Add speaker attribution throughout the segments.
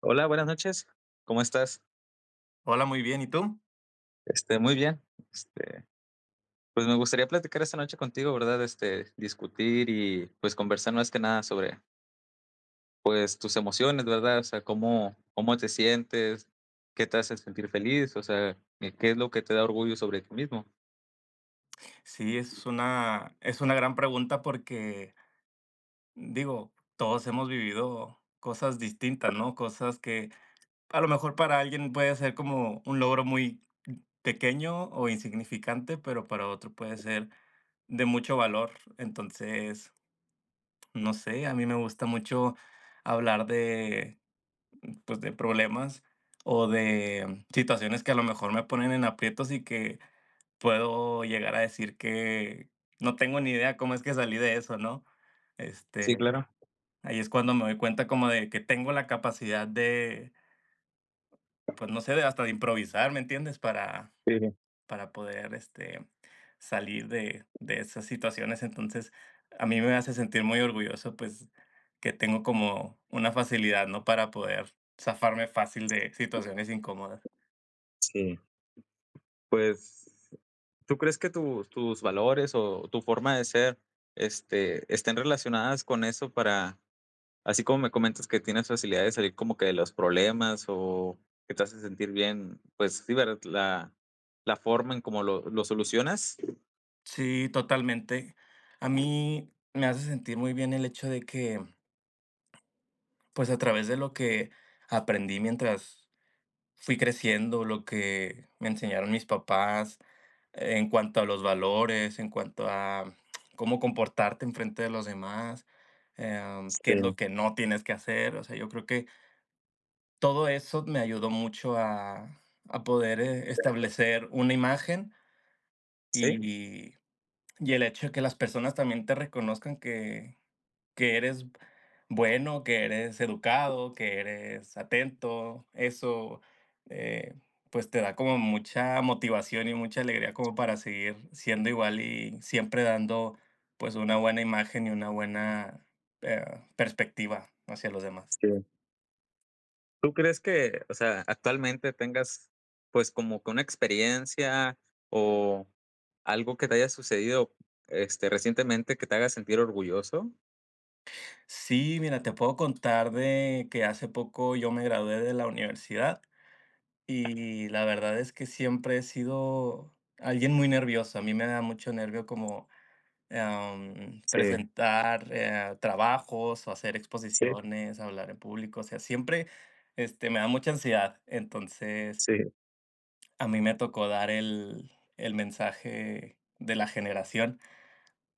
Speaker 1: Hola, buenas noches. ¿Cómo estás?
Speaker 2: Hola, muy bien, ¿y tú?
Speaker 1: Muy bien. Este, pues me gustaría platicar esta noche contigo, ¿verdad? Discutir y pues conversar más que nada sobre pues tus emociones, ¿verdad? O sea, cómo te sientes, qué te hace sentir feliz, o sea, qué es lo que te da orgullo sobre ti mismo.
Speaker 2: Sí, es una gran pregunta porque, digo, todos hemos vivido cosas distintas, ¿no? Cosas que a lo mejor para alguien puede ser como un logro muy pequeño o insignificante, pero para otro puede ser de mucho valor. Entonces, no sé, a mí me gusta mucho hablar de, pues, de problemas o de situaciones que a lo mejor me ponen en aprietos y que puedo llegar a decir que no tengo ni idea cómo es que salí de eso, ¿no?
Speaker 1: Sí,
Speaker 2: Este,
Speaker 1: claro.
Speaker 2: Ahí es cuando me doy cuenta como de que tengo la capacidad de, pues no sé, de hasta de improvisar, ¿me entiendes?
Speaker 1: Sí,
Speaker 2: Para poder, salir de esas situaciones. Entonces, a mí me hace sentir muy orgulloso, pues, que tengo como una facilidad, ¿no? Para poder zafarme fácil de situaciones incómodas.
Speaker 1: sí. Pues, ¿tú crees que tus valores o tu forma de ser, estén relacionadas con eso? Para, así como me comentas que tienes facilidad de salir como que de los problemas o que te hace sentir bien, pues sí, ¿verdad? La forma en cómo lo solucionas.
Speaker 2: Sí, totalmente. A mí me hace sentir muy bien el hecho de que pues a través de lo que aprendí mientras fui creciendo, lo que me enseñaron mis papás en cuanto a los valores, en cuanto a cómo comportarte enfrente de los demás, qué es lo
Speaker 1: Sí,
Speaker 2: que no tienes que hacer. O sea, yo creo que todo eso me ayudó mucho a poder establecer una imagen
Speaker 1: sí.
Speaker 2: y, y el hecho de que las personas también te reconozcan que eres bueno, que eres educado, que eres atento, eso, eh, pues te da como mucha motivación y mucha alegría como para seguir siendo igual y siempre dando pues una buena imagen y una buena eh, perspectiva hacia los demás.
Speaker 1: Sí. ¿Tú crees que, o sea, actualmente tengas pues como que una experiencia o algo que te haya sucedido, recientemente, que te haga sentir orgulloso?
Speaker 2: Sí, mira, te puedo contar de que hace poco yo me gradué de la universidad y la verdad es que siempre he sido alguien muy nervioso. A mí me da mucho nervio como
Speaker 1: Sí,
Speaker 2: presentar, trabajos o hacer
Speaker 1: sí,
Speaker 2: exposiciones, hablar en público, o sea, siempre, me da mucha ansiedad. Entonces,
Speaker 1: sí,
Speaker 2: a mí me tocó dar el mensaje de la generación,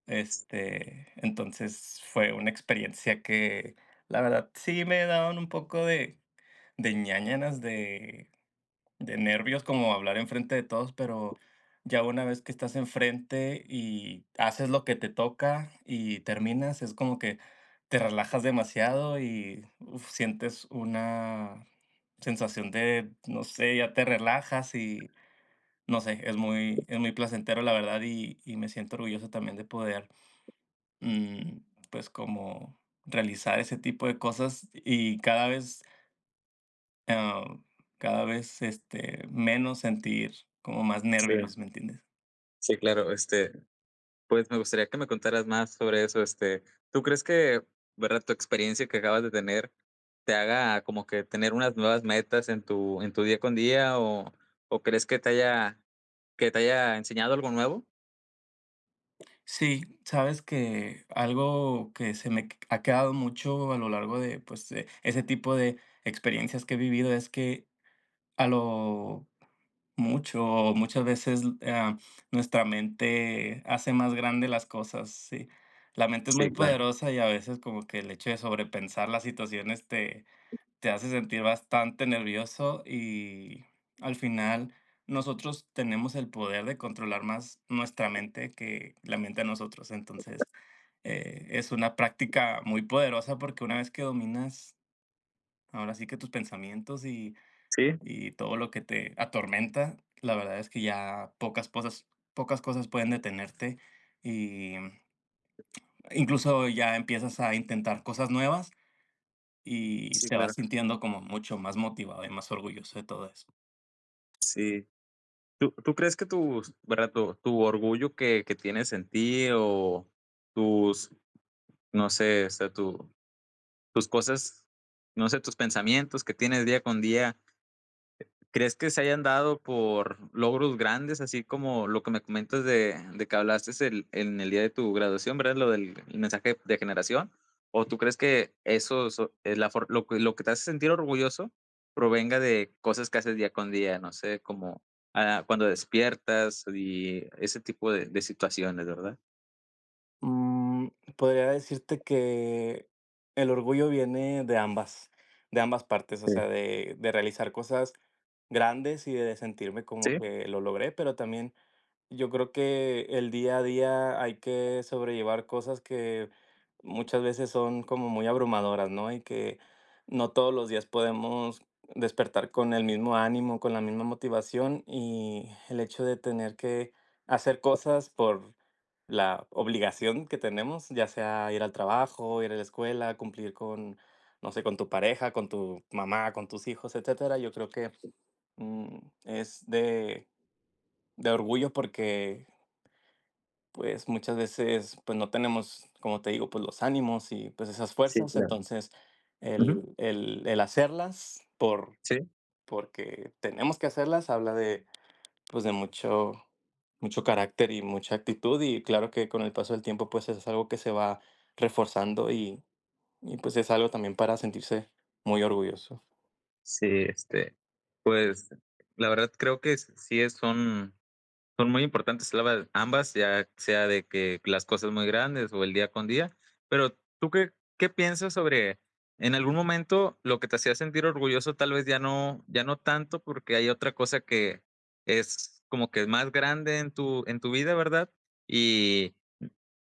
Speaker 2: entonces, fue una experiencia que, la verdad, sí me daban un poco de ñáñaras de nervios como hablar enfrente de todos, pero ya una vez que estás enfrente y haces lo que te toca y terminas, es como que te relajas demasiado y uf, sientes una sensación de, no sé, ya te relajas y no sé, es muy placentero la verdad y me siento orgulloso también de poder, mm, pues como realizar ese tipo de cosas y cada vez Ah, cada vez, menos sentir como más
Speaker 1: sí.
Speaker 2: nervios, ¿me entiendes?
Speaker 1: Sí, claro. Pues, me gustaría que me contaras más sobre eso. ¿Tú crees que, verdad, tu experiencia que acabas de tener te haga como que tener unas nuevas metas en tu día con día, o crees que te haya, que te haya enseñado algo nuevo?
Speaker 2: Sí, sabes que algo que ha quedado mucho a lo largo de, pues, ese tipo de experiencias que he vivido es que a lo mucho o muchas veces, nuestra mente hace más grande las cosas, sí. La mente es muy
Speaker 1: Sí, claro.
Speaker 2: poderosa y a veces como que el hecho de sobrepensar las situaciones te hace sentir bastante nervioso y al final nosotros tenemos el poder de controlar más nuestra mente que la mente a nosotros. Entonces, es una práctica muy poderosa porque una vez que dominas ahora sí que tus pensamientos
Speaker 1: Sí,
Speaker 2: y todo lo que te atormenta, la verdad es que ya pocas cosas pueden detenerte y incluso ya empiezas a intentar cosas nuevas y
Speaker 1: sí,
Speaker 2: te vas
Speaker 1: claro.
Speaker 2: sintiendo como mucho más motivado y más orgulloso de todo eso.
Speaker 1: Sí. ¿Tú crees que tu verdad, tu orgullo que tienes en ti, o tus, no sé, o sea, tu, tus cosas, no sé, tus pensamientos que tienes día con día? ¿Crees que se hayan dado por logros grandes, así como lo que me comentas de que hablaste es el, en el día de tu graduación, ¿verdad? Lo del el mensaje de generación. ¿O tú crees que eso, es la lo, lo que te hace sentir orgulloso, provenga de cosas que haces día con día, no sé, como, cuando despiertas y ese tipo de situaciones, ¿verdad?
Speaker 2: Mm, podría decirte que el orgullo viene de ambas partes, o
Speaker 1: Sí,
Speaker 2: sea, de realizar cosas grandes y de sentirme como
Speaker 1: Sí,
Speaker 2: que lo logré, pero también yo creo que el día a día hay que sobrellevar cosas que muchas veces son como muy abrumadoras, ¿no? Y que no todos los días podemos despertar con el mismo ánimo, con la misma motivación y el hecho de tener que hacer cosas por la obligación que tenemos, ya sea ir al trabajo, ir a la escuela, cumplir con, no sé, con tu pareja, con tu mamá, con tus hijos, etcétera. Yo creo que mm, es de orgullo porque pues, muchas veces, pues, no tenemos, como te digo, pues, los ánimos y, pues, esas
Speaker 1: sí,
Speaker 2: fuerzas.
Speaker 1: claro.
Speaker 2: Entonces,
Speaker 1: Ujú,
Speaker 2: el hacerlas por
Speaker 1: sí,
Speaker 2: porque tenemos que hacerlas habla de, pues, de mucho mucho carácter y mucha actitud. Y claro que con el paso del tiempo, pues, es algo que se va reforzando y, pues, es algo también para sentirse muy orgulloso.
Speaker 1: sí. Pues la verdad creo que sí son son muy importantes lava ambas, ya sea de que las cosas muy grandes o el día con día, pero, ¿tú qué qué piensas sobre, en algún momento lo que te hacía sentir orgulloso, tal vez ya no, ya no tanto, porque hay otra cosa que es como que es más grande en tu vida, ¿verdad? Y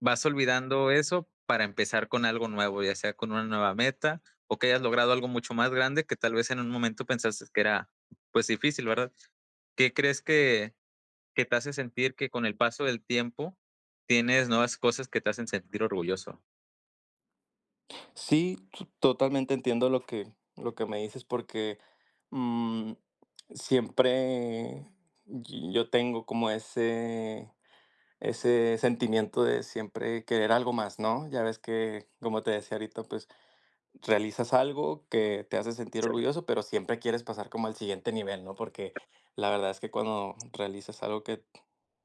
Speaker 1: vas olvidando eso para empezar con algo nuevo, ya sea con una nueva meta, o que hayas logrado algo mucho más grande que tal vez en un momento pensaste que era, pues, difícil, ¿verdad? ¿Qué crees que te hace sentir que con el paso del tiempo tienes nuevas cosas que te hacen sentir orgulloso?
Speaker 2: Sí, totalmente entiendo lo que me dices porque mm, siempre yo tengo como ese sentimiento de siempre querer algo más, ¿no? Ya ves que, como te decía ahorita, pues realizas algo que te hace sentir orgulloso, pero siempre quieres pasar como al siguiente nivel, ¿no? Porque la verdad es que cuando realizas algo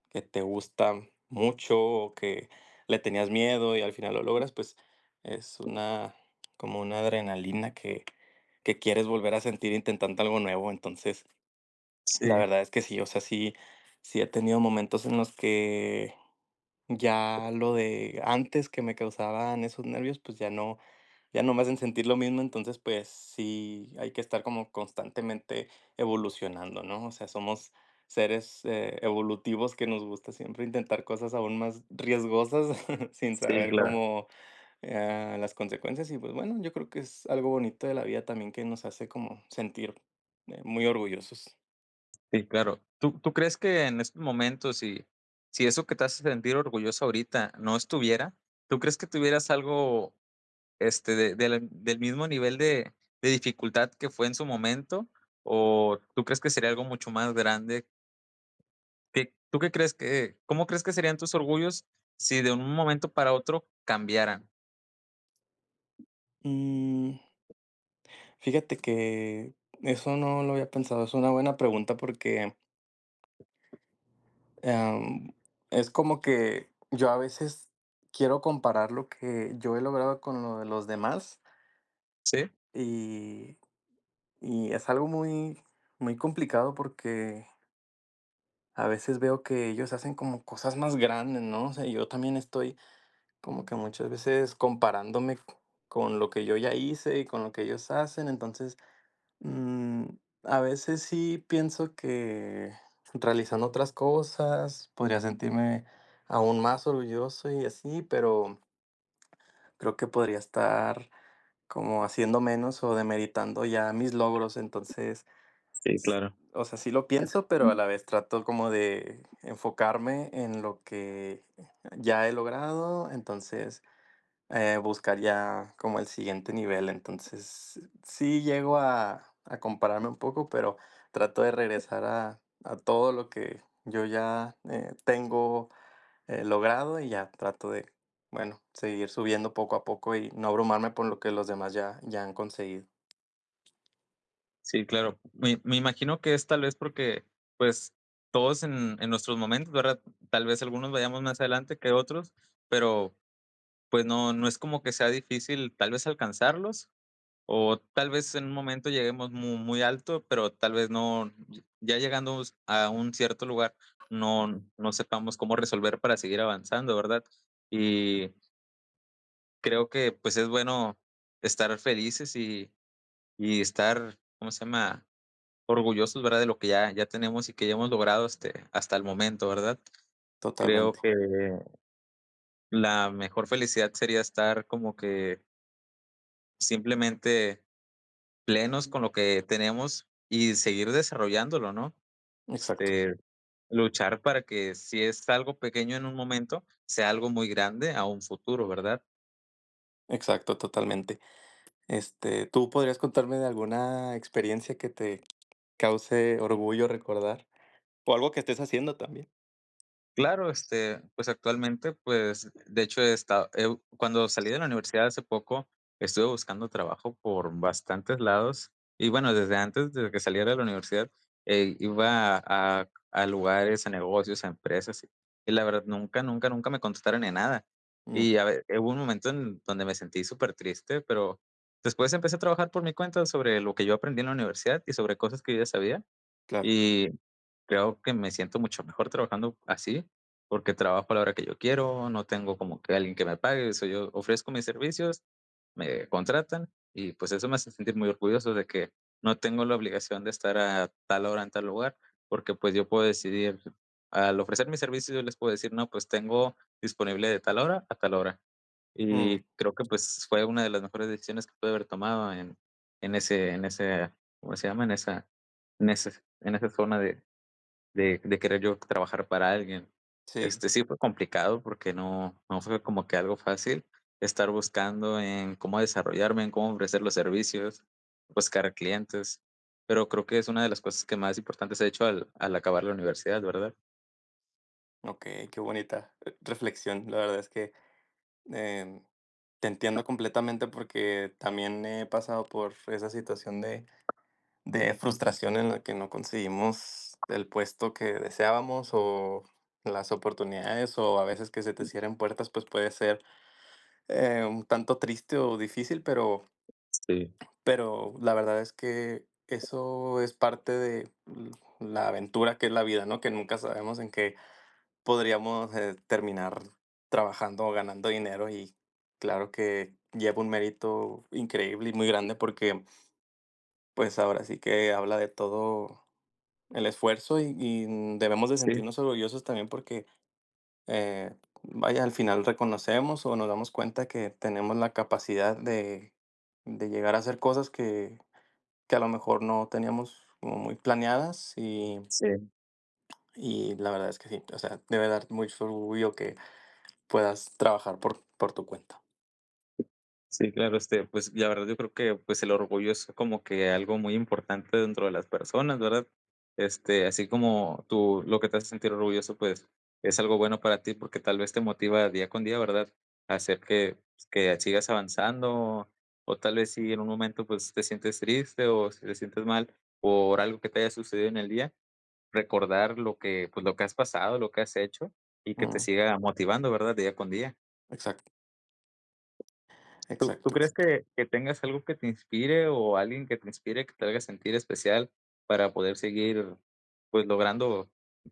Speaker 2: que te gusta mucho o que le tenías miedo y al final lo logras, pues es una como una adrenalina que quieres volver a sentir intentando algo nuevo. Entonces, la
Speaker 1: Sí,
Speaker 2: verdad es que sí, o sea, sí, sí he tenido momentos en los que ya lo de antes que me causaban esos nervios, pues ya no, ya no me hacen sentir lo mismo, entonces, pues, sí hay que estar como constantemente evolucionando, ¿no? O sea, somos seres, evolutivos que nos gusta siempre intentar cosas aún más riesgosas sin sí,
Speaker 1: sí,
Speaker 2: saber claro.
Speaker 1: claro.
Speaker 2: Cómo, las consecuencias. Y, pues, bueno, yo creo que es algo bonito de la vida también que nos hace como sentir, muy orgullosos.
Speaker 1: Sí, claro. ¿Tú crees que en estos momentos, si, si eso que te hace sentir orgulloso ahorita no estuviera, ¿tú crees que tuvieras algo, de del mismo nivel de dificultad que fue en su momento? ¿O tú crees que sería algo mucho más grande? ¿Qué, ¿tú qué crees que, cómo crees que serían tus orgullos si de un momento para otro cambiaran?
Speaker 2: Mm, fíjate que eso no lo había pensado, es una buena pregunta porque Em, es como que yo a veces quiero comparar lo que yo he logrado con lo de los demás
Speaker 1: ¿Sí?
Speaker 2: y, y es algo muy, muy complicado porque a veces veo que ellos hacen como cosas más grandes, ¿no? O sea, yo también estoy como que muchas veces con lo que yo ya hice y con lo que ellos hacen, entonces Mm, a veces sí pienso que realizando otras cosas podría sentirme aún más orgulloso y así, pero creo que podría estar como haciendo menos o demeritando ya mis logros. Entonces,
Speaker 1: Sí, claro.
Speaker 2: o sea, sí lo pienso, pero a la vez trato como de enfocarme en lo que ya he logrado. Entonces, buscaría como el siguiente nivel, entonces sí llego a compararme un poco, pero trato de regresar a todo lo que yo ya tengo logrado y ya trato de, bueno, seguir subiendo poco a poco y no abrumarme por lo que los demás ya, ya han conseguido.
Speaker 1: Sí, claro. Me imagino que es tal vez porque, pues, todos en nuestros momentos, ¿verdad? Tal vez algunos vayamos más adelante que otros, pero pues no, no es como que sea difícil tal vez alcanzarlos, o tal vez en un momento lleguemos muy, muy alto, pero tal vez no, ya llegando a un cierto lugar, no, no sepamos cómo resolver para seguir avanzando, ¿verdad? Y creo que pues es bueno estar felices y estar, ¿cómo se llama? Orgullosos, ¿verdad? De lo que ya, ya tenemos y que ya hemos logrado, hasta el momento, ¿verdad? Creo
Speaker 2: Totalmente,
Speaker 1: que la mejor felicidad sería estar como que simplemente plenos con lo que tenemos y seguir desarrollándolo, ¿no?
Speaker 2: exacto,
Speaker 1: Este, Luchar para que si es algo pequeño en un momento, sea algo muy grande a un futuro, ¿verdad?
Speaker 2: exacto, totalmente. Este, ¿tú podrías contarme de alguna experiencia que te cause orgullo recordar? O algo que estés haciendo también.
Speaker 1: Claro. Pues actualmente, pues, de hecho, he estado, cuando salí de la universidad hace poco, estuve buscando trabajo por bastantes lados. Y bueno, desde antes de que saliera de la universidad, iba a a lugares, a negocios, a empresas, y la verdad nunca, nunca, nunca me contestaron en nada.
Speaker 2: Mm,
Speaker 1: Y a ver, hubo un momento en donde me sentí súper triste, pero después empecé a trabajar por mi cuenta sobre lo que yo aprendí en la universidad y sobre cosas que yo ya sabía,
Speaker 2: claro.
Speaker 1: y creo que me siento mucho mejor trabajando así, porque trabajo a la hora que yo quiero, no tengo como que alguien que me pague, eso yo ofrezco mis servicios, me contratan y pues eso me hace sentir muy orgulloso de que no tengo la obligación de estar a tal hora en tal lugar, porque pues yo puedo decidir, al ofrecer mis servicios yo les puedo decir, no, pues tengo disponible de tal hora a tal hora. Y creo que pues fue una de las mejores decisiones que pude haber tomado en, en ese, en ese, ¿cómo se llama? En esa, en esa zona de, de querer yo trabajar para alguien.
Speaker 2: Sí,
Speaker 1: Sí fue complicado porque no fue como que algo fácil estar buscando en cómo desarrollarme, en cómo ofrecer los servicios, buscar clientes, pero creo que es una de las cosas que más importantes he hecho al acabar la universidad, ¿verdad?
Speaker 2: okey, qué bonita, reflexión. La verdad es que, em, te entiendo completamente porque también he pasado por esa situación de frustración en la que no conseguimos el puesto que deseábamos o las oportunidades, o a veces que se te cierren puertas, pues puede ser, un tanto triste o difícil,
Speaker 1: Sí,
Speaker 2: pero la verdad es que eso es parte de l la aventura que es la vida, ¿no? Que nunca sabemos en qué podríamos terminar trabajando o ganando dinero y claro que lleva un mérito increíble y muy grande porque pues ahora sí que habla de todo el esfuerzo y debemos de
Speaker 1: sí,
Speaker 2: sentirnos orgullosos también porque eh, vaya, al final reconocemos o nos damos cuenta que tenemos la capacidad de llegar a hacer cosas que a lo mejor no teníamos como muy planeadas
Speaker 1: sí.
Speaker 2: y la verdad es que sí, o sea, debe dar mucho orgullo que puedas trabajar por tu cuenta.
Speaker 1: Sí, claro. Pues, la verdad yo creo que, pues, el orgullo es como que algo muy importante dentro de las personas, ¿verdad? Así como tú, lo que te hace sentir orgulloso, pues, es algo bueno para ti, porque tal vez te motiva día con día, ¿verdad? A hacer que pues, que sigas avanzando, o tal vez si en un momento, pues, te sientes triste, o si te sientes mal por algo que te haya sucedido en el día, recordar lo que, pues, lo que has pasado, lo que has hecho, y que te
Speaker 2: Mm,
Speaker 1: siga motivando, ¿verdad? Día con día.
Speaker 2: exacto,
Speaker 1: ¿Tú
Speaker 2: exacto,
Speaker 1: crees
Speaker 2: exacto.
Speaker 1: que tengas algo que te inspire o alguien que te inspire, que te haga sentir especial para poder seguir, pues, logrando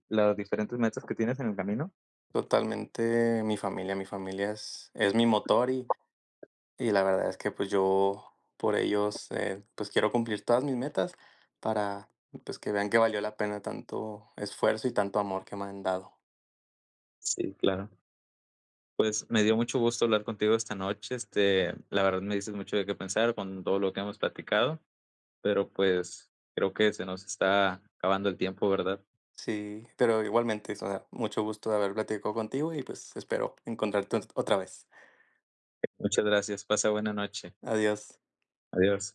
Speaker 1: las diferentes metas que tienes en el camino?
Speaker 2: Totalmente mi familia es mi motor y la verdad es que, pues, yo por ellos, pues, quiero cumplir todas mis metas para, pues, que vean que valió la pena tanto esfuerzo y tanto amor que me han dado.
Speaker 1: Sí, claro. Pues, me dio mucho gusto hablar contigo esta noche. La verdad me dices mucho de qué pensar con todo lo que hemos platicado, pero, pues, creo que se nos está acabando el tiempo, ¿verdad?
Speaker 2: Sí, pero igualmente, o sea, mucho gusto de haber platicado contigo y, pues, espero encontrarte otra vez.
Speaker 1: Muchas gracias, pasa buena noche.
Speaker 2: Adiós.
Speaker 1: Adiós.